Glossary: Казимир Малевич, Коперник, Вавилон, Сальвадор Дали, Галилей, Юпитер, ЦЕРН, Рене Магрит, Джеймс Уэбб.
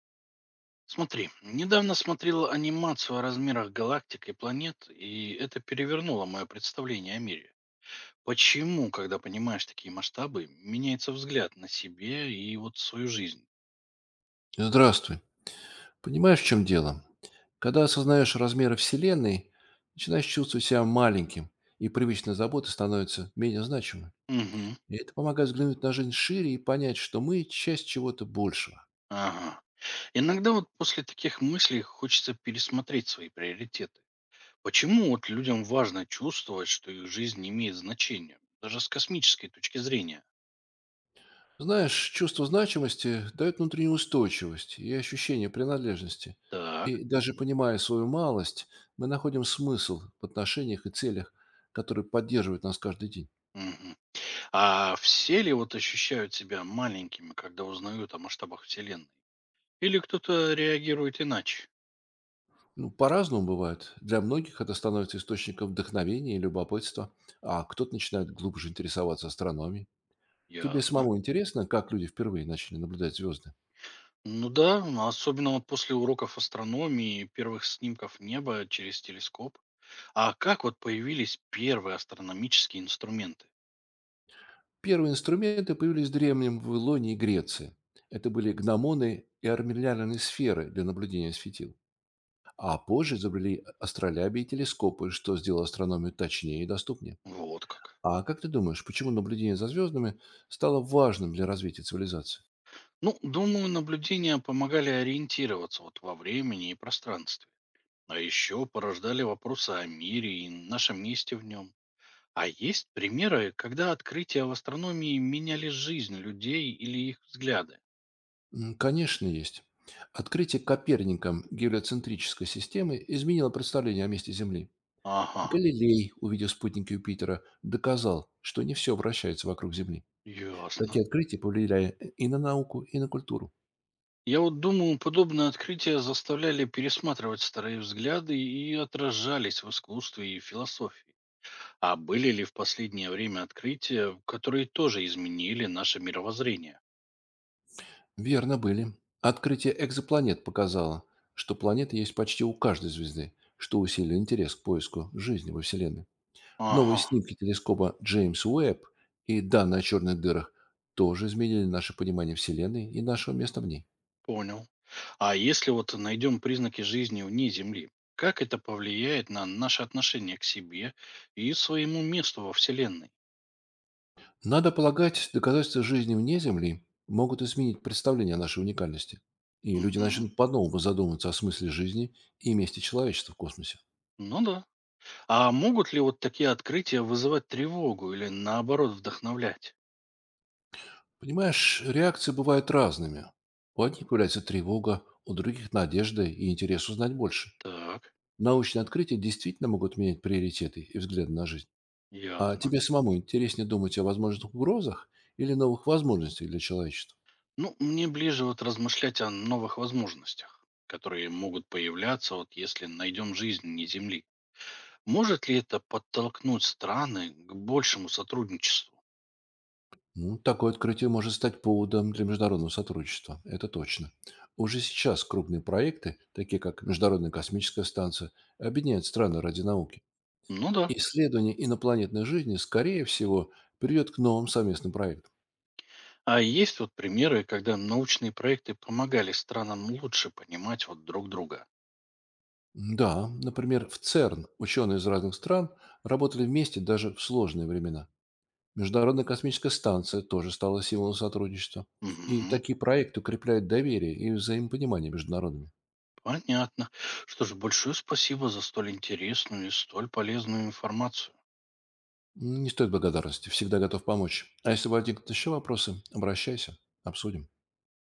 Смотри, недавно смотрел анимацию о размерах галактик и планет, и это перевернуло мое представление о мире. Почему, когда понимаешь такие масштабы, меняется взгляд на себе и вот свою жизнь? Здравствуй. Понимаешь, в чем дело? Когда осознаешь размеры Вселенной, начинаешь чувствовать себя маленьким, и привычные заботы становятся менее значимыми. Мгм, И это помогает взглянуть на жизнь шире и понять, что мы– часть чего-то большего. ага. Иногда вот после таких мыслей хочется пересмотреть свои приоритеты. Почему вот людям важно чувствовать, что их жизнь имеет значение, даже с космической точки зрения? Знаешь, чувство значимости дает внутреннюю устойчивость и ощущение принадлежности. Так, И даже понимая свою малость, мы находим смысл в отношениях и целях, которые поддерживают нас каждый день. мгм. А все ли вот ощущают себя маленькими, когда узнают о масштабах Вселенной? Или кто-то реагирует иначе? Ну, по-разному бывает. Для многих это становится источником вдохновения и любопытства, а кто-то начинает глубже интересоваться астрономией. Тебе Ясно. самому интересно, как люди впервые начали наблюдать звезды? Ну да, ну, особенно вот после уроков астрономии и первых снимков неба через телескоп. А как вот появились первые астрономические инструменты? Первые инструменты появились в древнем Вавилоне и Греции. Это были гномоны и армиллярные сферы для наблюдения светил. А позже изобрели астролябии и телескопы, что сделало астрономию точнее и доступнее. Вот как. А как ты думаешь, почему наблюдение за звездами стало важным для развития цивилизации? Ну, думаю, наблюдения помогали ориентироваться вот во времени и пространстве. А еще порождали вопросы о мире и нашем месте в нем. А есть примеры, когда открытия в астрономии меняли жизнь людей или их взгляды? М, конечно, есть. Открытие Коперником гелиоцентрической системы изменило представление о месте Земли. Ага, Галилей, увидев спутники Юпитера, доказал, что не все вращается вокруг Земли. ясно. Такие открытия повлияли и на науку, и на культуру. Я вот думаю, подобные открытия заставляли пересматривать старые взгляды и отражались в искусстве и философии. А были ли в последнее время открытия, которые тоже изменили наше мировоззрение? Верно были. Открытие экзопланет показало, что планеты есть почти у каждой звезды, что усилило интерес к поиску жизни во Вселенной. Новые Ага, снимки телескопа Джеймс Уэбб и данные о черных дырах тоже изменили наше понимание Вселенной и нашего места в ней. понял. А если вот найдем признаки жизни вне Земли, как это повлияет на наше отношение к себе и своему месту во Вселенной? Надо полагать, доказательства жизни вне Земли могут изменить представление о нашей уникальности. И люди Мгм. начнут по-новому задумываться о смысле жизни и месте человечества в космосе. Ну да. А могут ли вот такие открытия вызывать тревогу или наоборот вдохновлять? Понимаешь, реакции бывают разными. У одних появляется тревога, у других– надежда и интерес узнать больше. Так, Научные открытия действительно могут менять приоритеты и взгляды на жизнь. А ясно. тебе самому интереснее думать о возможных угрозах или новых возможностях для человечества? Ну, мне ближе вот размышлять о новых возможностях, которые могут появляться, вот если найдем жизнь не Земли. Может ли это подтолкнуть страны к большему сотрудничеству? Ну, такое открытие может стать поводом для международного сотрудничества, это точно. Уже сейчас крупные проекты, такие как Международная космическая станция, объединяют страны ради науки. Ну да. Исследование инопланетной жизни, скорее всего, приведет к новым совместным проектам. А есть вот примеры, когда научные проекты помогали странам лучше понимать вот друг друга. Да, например, в ЦЕРН ученые из разных стран работали вместе даже в сложные времена. Международная космическая станция тоже стала символом сотрудничества. И Мгм. такие проекты укрепляют доверие и взаимопонимание между народами. Понятно. Что же, большое спасибо за столь интересную и столь полезную информацию. Не стоит благодарности, всегда готов помочь. А если возникнут еще вопросы, обращайся, обсудим.